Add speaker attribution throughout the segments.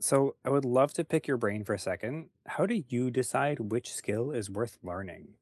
Speaker 1: So, I would love to pick your brain for a second. How do you decide which skill is worth learning?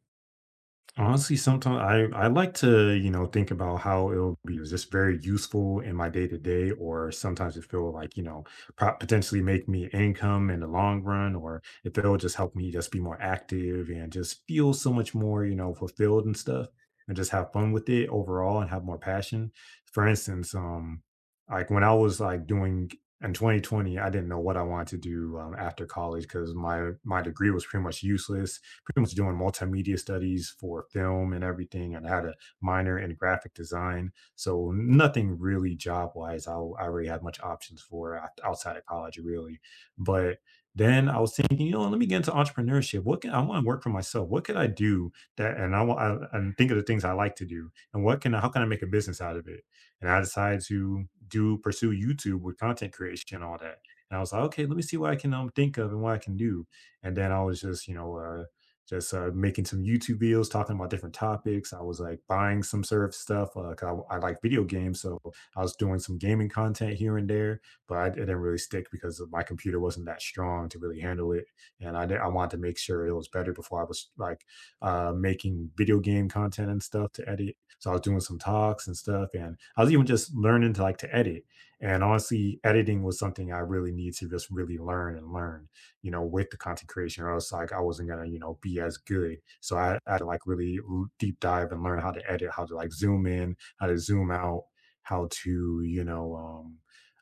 Speaker 2: Honestly, sometimes I like to, think about how it'll be just very useful in my day to day, or sometimes it feel like, potentially make me income in the long run, or if it'll just help me just be more active and just feel so much more, fulfilled and stuff and just have fun with it overall and have more passion. For instance, like when I was like doing in 2020, I didn't know what I wanted to do after college because my degree was pretty much useless pretty much doing multimedia studies for film and everything, and I had a minor in graphic design. So nothing really job wise. I already had much options for outside of college, really. But then I was thinking, you know, let me get into entrepreneurship. What can I want to work for myself? What could I do that? And I and think of the things I like to do, and what can I, how can I make a business out of it? And I decided to do pursue YouTube with content creation and all that. And I was like, okay, let me see what I can think of and what I can do. And then I was just, making some YouTube videos talking about different topics. I was like buying some surf stuff. 'Cause I like video games, so I was doing some gaming content here and there, but it didn't really stick because my computer wasn't that strong to really handle it, and I wanted to make sure it was better before I was like making video game content and stuff to edit. So I was doing some talks and stuff, and I was even just learning to like to edit. And honestly, editing was something I really need to just really learn and learn with the content creation, or else like I wasn't gonna, be as good. So I had to like really deep dive and learn how to edit, how to like zoom in, how to zoom out, how to, you know, um,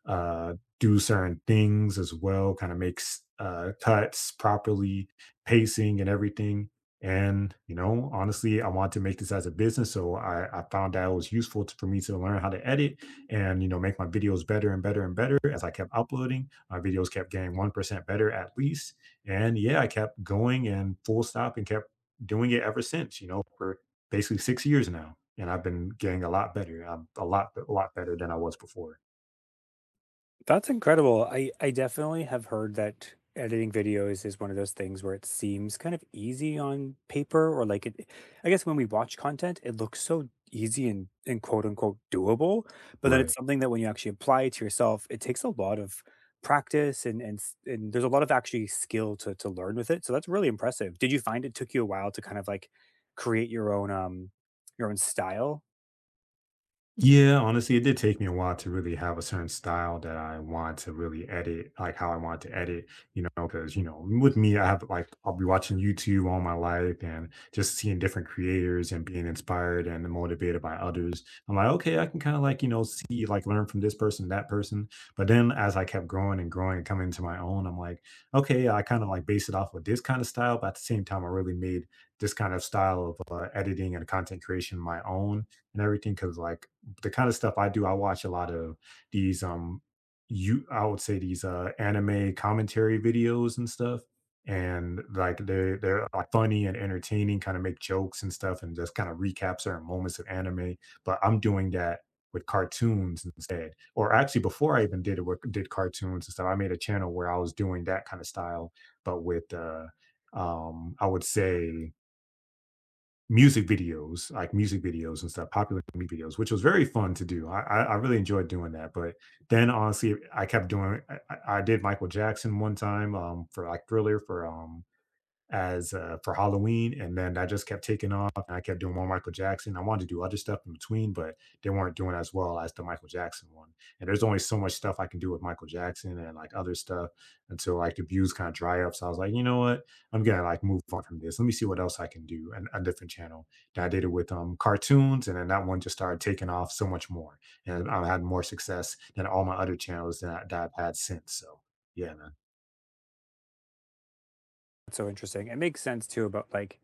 Speaker 2: uh, do certain things as well, kind of makes cuts properly, pacing and everything. And honestly, I want to make this as a business, so I found that it was useful to, for me to learn how to edit and make my videos better and better and better as I kept uploading. My videos kept getting 1% better at least, and yeah, I kept going and full stop and kept doing it ever since, for basically 6 years now, and I've been getting a lot better. I'm a lot better than I was before.
Speaker 1: That's incredible. I definitely have heard that editing videos is one of those things where it seems kind of easy on paper or like it, I guess when we watch content, it looks so easy and quote unquote doable, but then it's
Speaker 2: Right.
Speaker 1: something that when you actually apply it to yourself, it takes a lot of practice and there's a lot of actually skill to learn with it. So that's really impressive. Did you find it took you a while to kind of like create your own style?
Speaker 2: Yeah, honestly, it did take me a while to really have a certain style that I want to really edit, like how I want to edit, you know, because, you know, with me, I'll be watching YouTube all my life and just seeing different creators and being inspired and motivated by others. I'm like, okay, I can kind of like, see, like learn from this person, that person. But then as I kept growing and growing and coming to my own, I'm like, okay, I kind of like base it off of this kind of style. But at the same time, I really made this kind of style of editing and content creation my own and everything because like the kind of stuff I do, I watch a lot of these you I would say these anime commentary videos and stuff. And like they're like funny and entertaining, kind of make jokes and stuff and just kind of recap certain moments of anime. But I'm doing that with cartoons instead. Or actually before I even did it with did cartoons and stuff, I made a channel where I was doing that kind of style, but with I would say music videos, like music videos and stuff, popular music videos, which was very fun to do. I really enjoyed doing that. But then honestly, I kept doing. I did Michael Jackson one time for like Thriller for Halloween, and then that just kept taking off, and I kept doing more Michael Jackson. I wanted to do other stuff in between, but they weren't doing as well as the Michael Jackson one, and there's only so much stuff I can do with Michael Jackson and, like, other stuff until, like, the views kinda dry up, so I was like, "You know what? I'm gonna, like, move on from this. Let me see what else I can do," and a different channel. Then I did it with, cartoons, and then that one just started taking off so much more, and I had more success than all my other channels that I've had since, so, yeah, man.
Speaker 1: That's so interesting. It makes sense too about like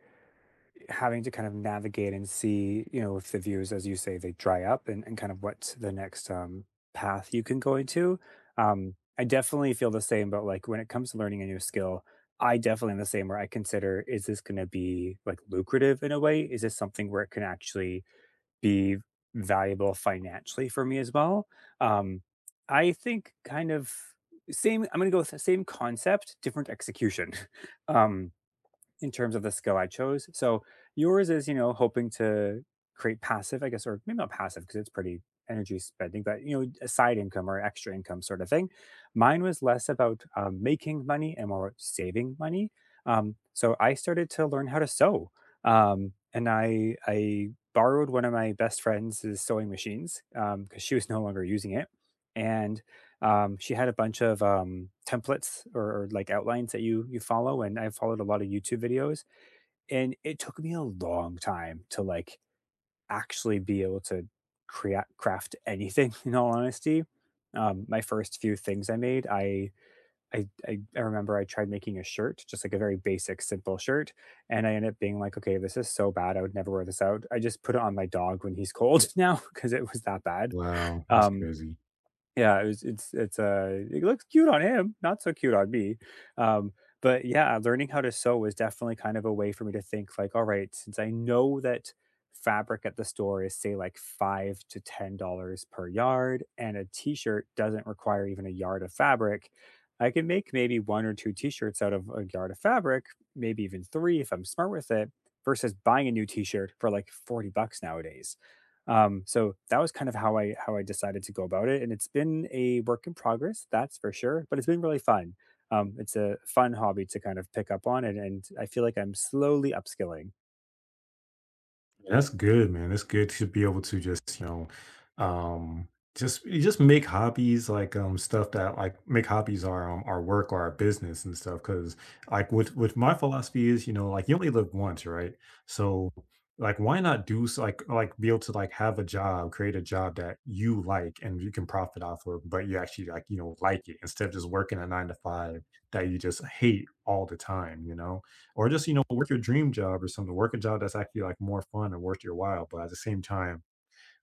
Speaker 1: having to kind of navigate and see, you know, if the views, as you say, they dry up, and kind of what the next path you can go into. I definitely feel the same, but like when it comes to learning a new skill, I definitely am the same where I consider, is this going to be like lucrative in a way? Is this something where it can actually be valuable financially for me as well? Um, I think kind of same, I'm going to go with the same concept, different execution. Um, in terms of the skill I chose. So yours is, you know, hoping to create passive, I guess, or maybe not passive because it's pretty energy spending, but you know, a side income or extra income sort of thing. Mine was less about making money and more saving money. So I started to learn how to sew, and I borrowed one of my best friends' sewing machines because she was no longer using it, and she had a bunch of templates, or like outlines that you follow, and I followed a lot of YouTube videos, and it took me a long time to like actually be able to create craft anything. In all honesty, my first few things I made, I remember I tried making a shirt, just like a very basic, simple shirt, and I ended up being like, okay, this is so bad, I would never wear this out. I just put it on my dog when he's cold now because it was that bad.
Speaker 2: Wow, that's
Speaker 1: um
Speaker 2: crazy.
Speaker 1: yeah, it was it's, it looks cute on him, not so cute on me. um, but yeah, learning how to sew was definitely kind of a way for me to think like, "All right, since I know that fabric at the store is, say, like, 5 to $10 per yard, and a t-shirt doesn't require even a yard of fabric, I can make maybe 1 or 2 t-shirts out of a yard of fabric, maybe even 3 if I'm smart with it, versus buying a new t-shirt for, like, 40 bucks nowadays." So that was kind of how I decided to go about it, and it's been a work in progress, that's for sure, but it's been really fun. It's a fun hobby to kind of pick up on, and I feel like I'm slowly upskilling.
Speaker 2: Yeah, that's good, man. That's good to be able to just, you know, um, just you just make hobbies like stuff that like make hobbies our work or our business and stuff. Because like with my philosophy is, you know, like you only live once, right? So like why not do like be able to like have a job, create a job that you like and you can profit off of, but you actually like it instead of just working a nine to five that you just hate all the time or just, work your dream job or something, work a job that's actually like more fun and worth your while. But at the same time,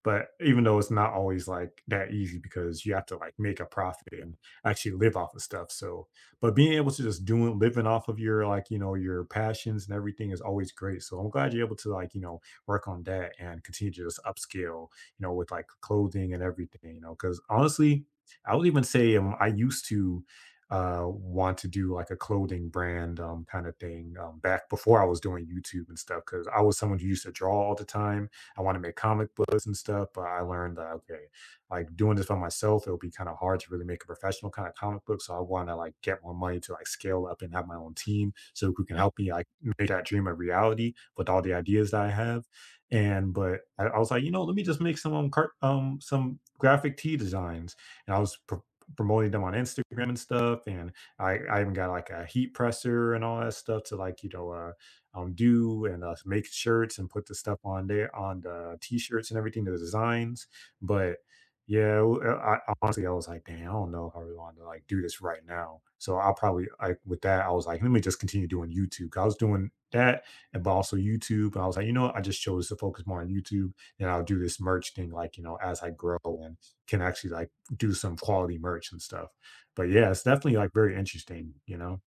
Speaker 2: but even though it's not always like that easy because you have to like make a profit and actually live off of stuff. So, but being able to just doing living off of your like, you know, your passions and everything is always great. So I'm glad you're able to like, work on that and continue to just upscale, you know, with like clothing and everything, you know, because honestly, I would even say I used to want to do like a clothing brand kind of thing back before I was doing YouTube and stuff because I was someone who used to draw all the time. I want to make comic books and stuff. But I learned that okay, like doing this by myself, it'll be kind of hard to really make a professional kind of comic book. So I want to like get more money to like scale up and have my own team so who can help me like make that dream a reality with all the ideas that I have. And but I was like, you know, let me just make some some graphic tee designs, and I was promoting them on Instagram and stuff and I even got like a heat presser and all that stuff to like do and make shirts and put the stuff on there on the t-shirts and everything, the designs. But yeah, honestly, I was like, dang, I don't know if I really want to like do this right now. So I probably like with that, I was like, let me just continue doing YouTube. 'Cause I was doing that, and but also YouTube. And I was like, you know what? I just chose to focus more on YouTube, and I'll do this merch thing, like as I grow and can actually like do some quality merch and stuff. But yeah, it's definitely like very interesting, you know.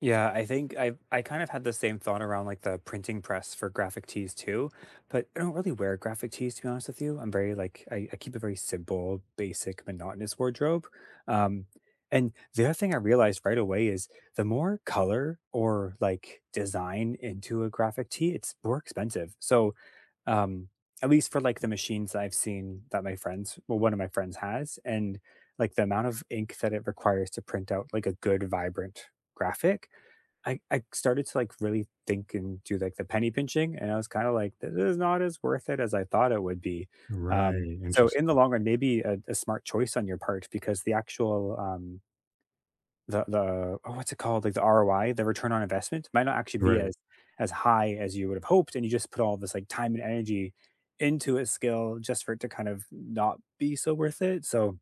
Speaker 1: Yeah, I think I kind of had the same thought around like the printing press for graphic tees too, but I don't really wear graphic tees, to be honest with you. I'm very like, I keep a very simple, basic, monotonous wardrobe. Um, and the other thing I realized right away is the more color or like design into a graphic tee, it's more expensive. So um at least for like the machines that I've seen that my friends, well, one of my friends has, and like the amount of ink that it requires to print out like a good, vibrant graphic, I started to, like, really think and do, like, the penny pinching, and I was kinda like, "This is not as worth it as I thought it would be."
Speaker 2: Right.
Speaker 1: So in the
Speaker 2: Interesting.
Speaker 1: long run, maybe a smart choice on your part because the actual, the oh, what's it called? Like, the ROI, the return on investment might not actually be
Speaker 2: Right.
Speaker 1: as high as you would have hoped, and you just put all this, like, time and energy into a skill just for it to kind of not be so worth it. So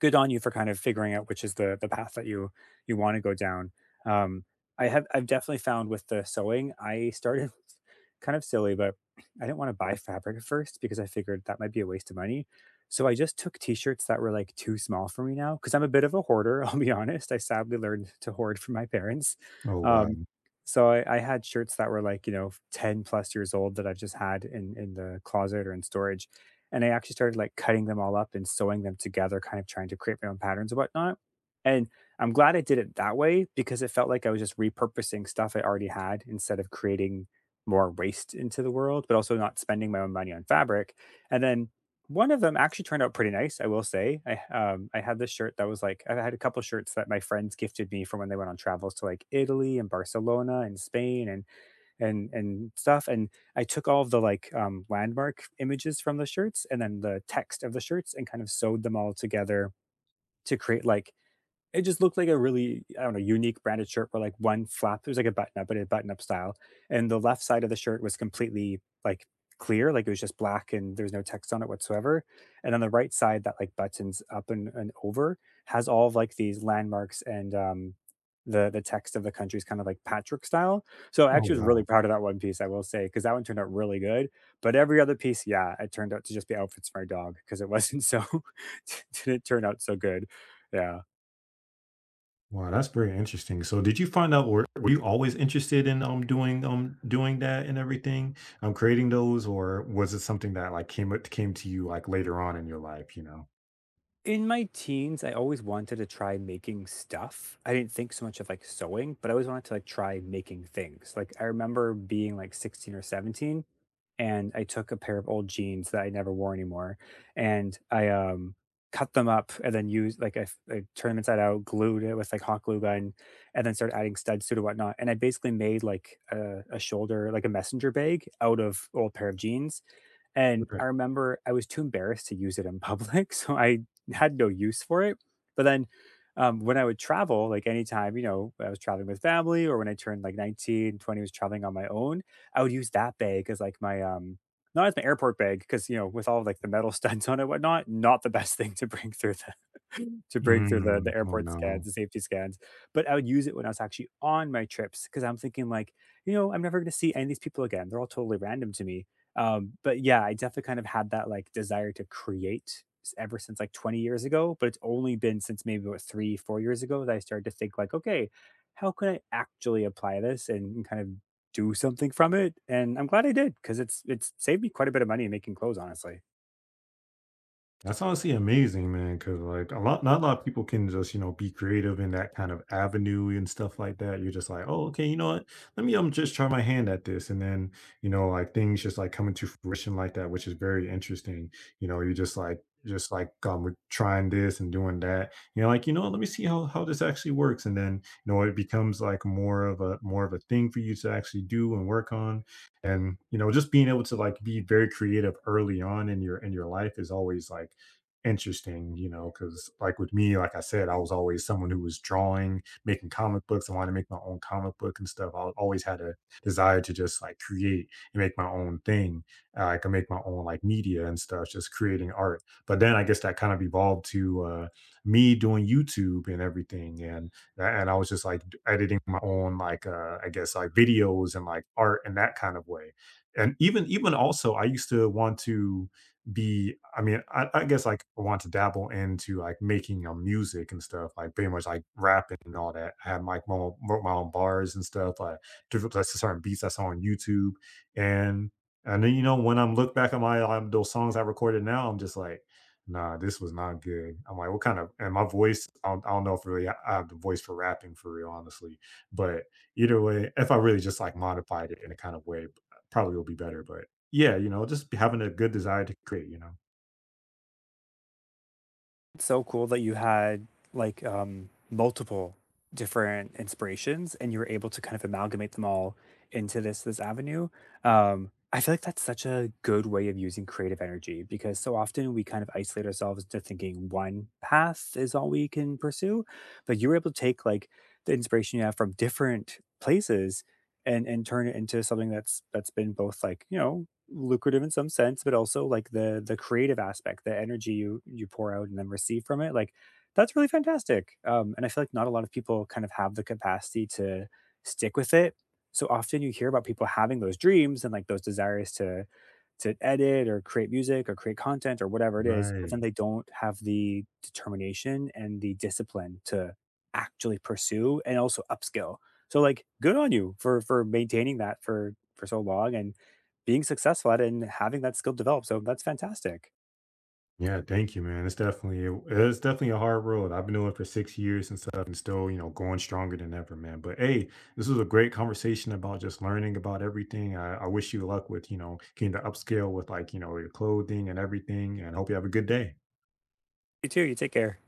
Speaker 1: good on you for kind of figuring out which is the path that you want to go down. Um, I've definitely found with the sewing, I started kind of silly, but I didn't want to buy fabric at first because I figured that might be a waste of money. So I just took t-shirts that were like too small for me now because I'm a bit of a hoarder. I'll be honest. I sadly learned to hoard from my parents.
Speaker 2: Oh,
Speaker 1: Um,
Speaker 2: wow.
Speaker 1: so I had shirts that were like, you know, 10 plus years old that I've just had in the closet or in storage, and I actually started like cutting them all up and sewing them together, kind of trying to create my own patterns and whatnot. And I'm glad I did it that way because it felt like I was just repurposing stuff I already had instead of creating more waste into the world, but also not spending my own money on fabric. And then one of them actually turned out pretty nice, I will say. I had this shirt that was like, I had a couple shirts that my friends gifted me from when they went on travels to like Italy and Barcelona and Spain, and stuff, and I took all of the, like, landmark images from the shirts and then the text of the shirts and kind of sewed them all together to create, like, it just looked like a really, I don't know, unique branded shirt where like one flap, it was like a button up, but a button up style, and the left side of the shirt was completely like clear, like it was just black and there's no text on it whatsoever, and on the right side that like buttons up and over has all of like these landmarks, and the text of the country's kind of like patchwork style. So I
Speaker 2: Oh,
Speaker 1: actually was really
Speaker 2: wow.
Speaker 1: proud of that one piece, I will say, because that one turned out really good, but every other piece, yeah, it turned out to just be outfits for my dog because it wasn't so didn't turn out so good, yeah.
Speaker 2: Wow, that's very interesting. So did you find out or were you always interested in doing that and everything? Creating those or was it something that like came to you like later on in your life, you know?
Speaker 1: In my teens, I always wanted to try making stuff. I didn't think so much of like sewing, but I always wanted to like try making things. Like I remember being like 16 or 17, and I took a pair of old jeans that I never wore anymore, and I cut them up and then used like, I turned them inside out, glued it with like hot glue gun, and then started adding studs to it and whatnot. And I basically made like a shoulder, like a messenger bag out of old pair of jeans, and I
Speaker 2: Okay.
Speaker 1: remember I was too embarrassed to use it in public, so I had no use for it. But then when I would travel, like anytime, you know, I was traveling with family or when I turned like 19, 20, was traveling on my own, I would use that bag as like my, not as my airport bag, because, you know, with all like the metal studs on it, and whatnot, not the best thing to bring through the to bring through
Speaker 2: Mm,
Speaker 1: the
Speaker 2: oh
Speaker 1: airport scans,
Speaker 2: no.
Speaker 1: the safety scans. But I would use it when I was actually on my trips because I'm thinking like, you know, I'm never going to see any of these people again. They're all totally random to me. But yeah, I definitely kind of had that like desire to create ever since like 20 years ago. But it's only been since maybe what, 3, 4 years ago that I started to think like, okay, how can I actually apply this and kind of do something from it? And I'm glad I did because it's saved me quite a bit of money making clothes, honestly.
Speaker 2: That's honestly amazing, man. Cause like, a lot not a lot of people can just, you know, be creative in that kind of avenue and stuff like that. You're just like, "Oh, okay, you know what? Let me, just try my hand at this," and then, you know, like, things just, like, coming to fruition like that, which is very interesting. You know, you're just like, we're trying this and doing that. You're like, "You know, let me see how this actually works," and then, you know, it becomes, like, more of a thing for you to actually do and work on, and, you know, just being able to, like, be very creative early on in your life is always, like, interesting, you know, because like with me, like I said, I was always someone who was drawing, making comic books. I wanted to make my own comic book and stuff. I always had a desire to just like create and make my own thing. I could make my own like media and stuff, just creating art. But then I guess that kind of evolved to me doing YouTube and everything, and and I was just like editing my own I guess like videos and like art in that kind of way. And even also, I used to want to be I mean, I guess like I want to dabble into like making music and stuff, like pretty much like rapping and all that. I have like my own, wrote my own bars and stuff, like different like certain beats I saw on YouTube, and then you know when I'm look back at my those songs I recorded now, I'm just like, nah, this was not good. I'm like, what kind of and my voice? I don't know if really I have the voice for rapping for real, honestly. But either way, if I really just like modified it in a kind of way, probably will be better. But yeah, you know, just having a good desire to create, you know?
Speaker 1: It's so cool that you had like multiple different inspirations and you were able to kind of amalgamate them all into this avenue. I feel like that's such a good way of using creative energy because so often we kind of isolate ourselves to thinking one path is all we can pursue, but you were able to take like the inspiration you have from different places and turn it into something that's been both like, you know, lucrative in some sense, but also like the creative aspect, the energy you pour out and then receive from it, like that's really fantastic. And I feel like not a lot of people kind of have the capacity to stick with it. So often you hear about people having those dreams and like those desires to edit or create music or create content or whatever it is, but then
Speaker 2: Right.
Speaker 1: they don't have the determination and the discipline to actually pursue and also upskill. So like, good on you for maintaining that for so long and being successful at it and having that skill develop. So that's fantastic.
Speaker 2: Yeah, thank you, man. It's definitely a hard road. I've been doing it for 6 years and stuff and still, you know, going stronger than ever, man. But hey, this was a great conversation about just learning about everything. I wish you luck with, you know, getting the upscale with like, you know, your clothing and everything. And hope you have a good day.
Speaker 1: You too, you take care.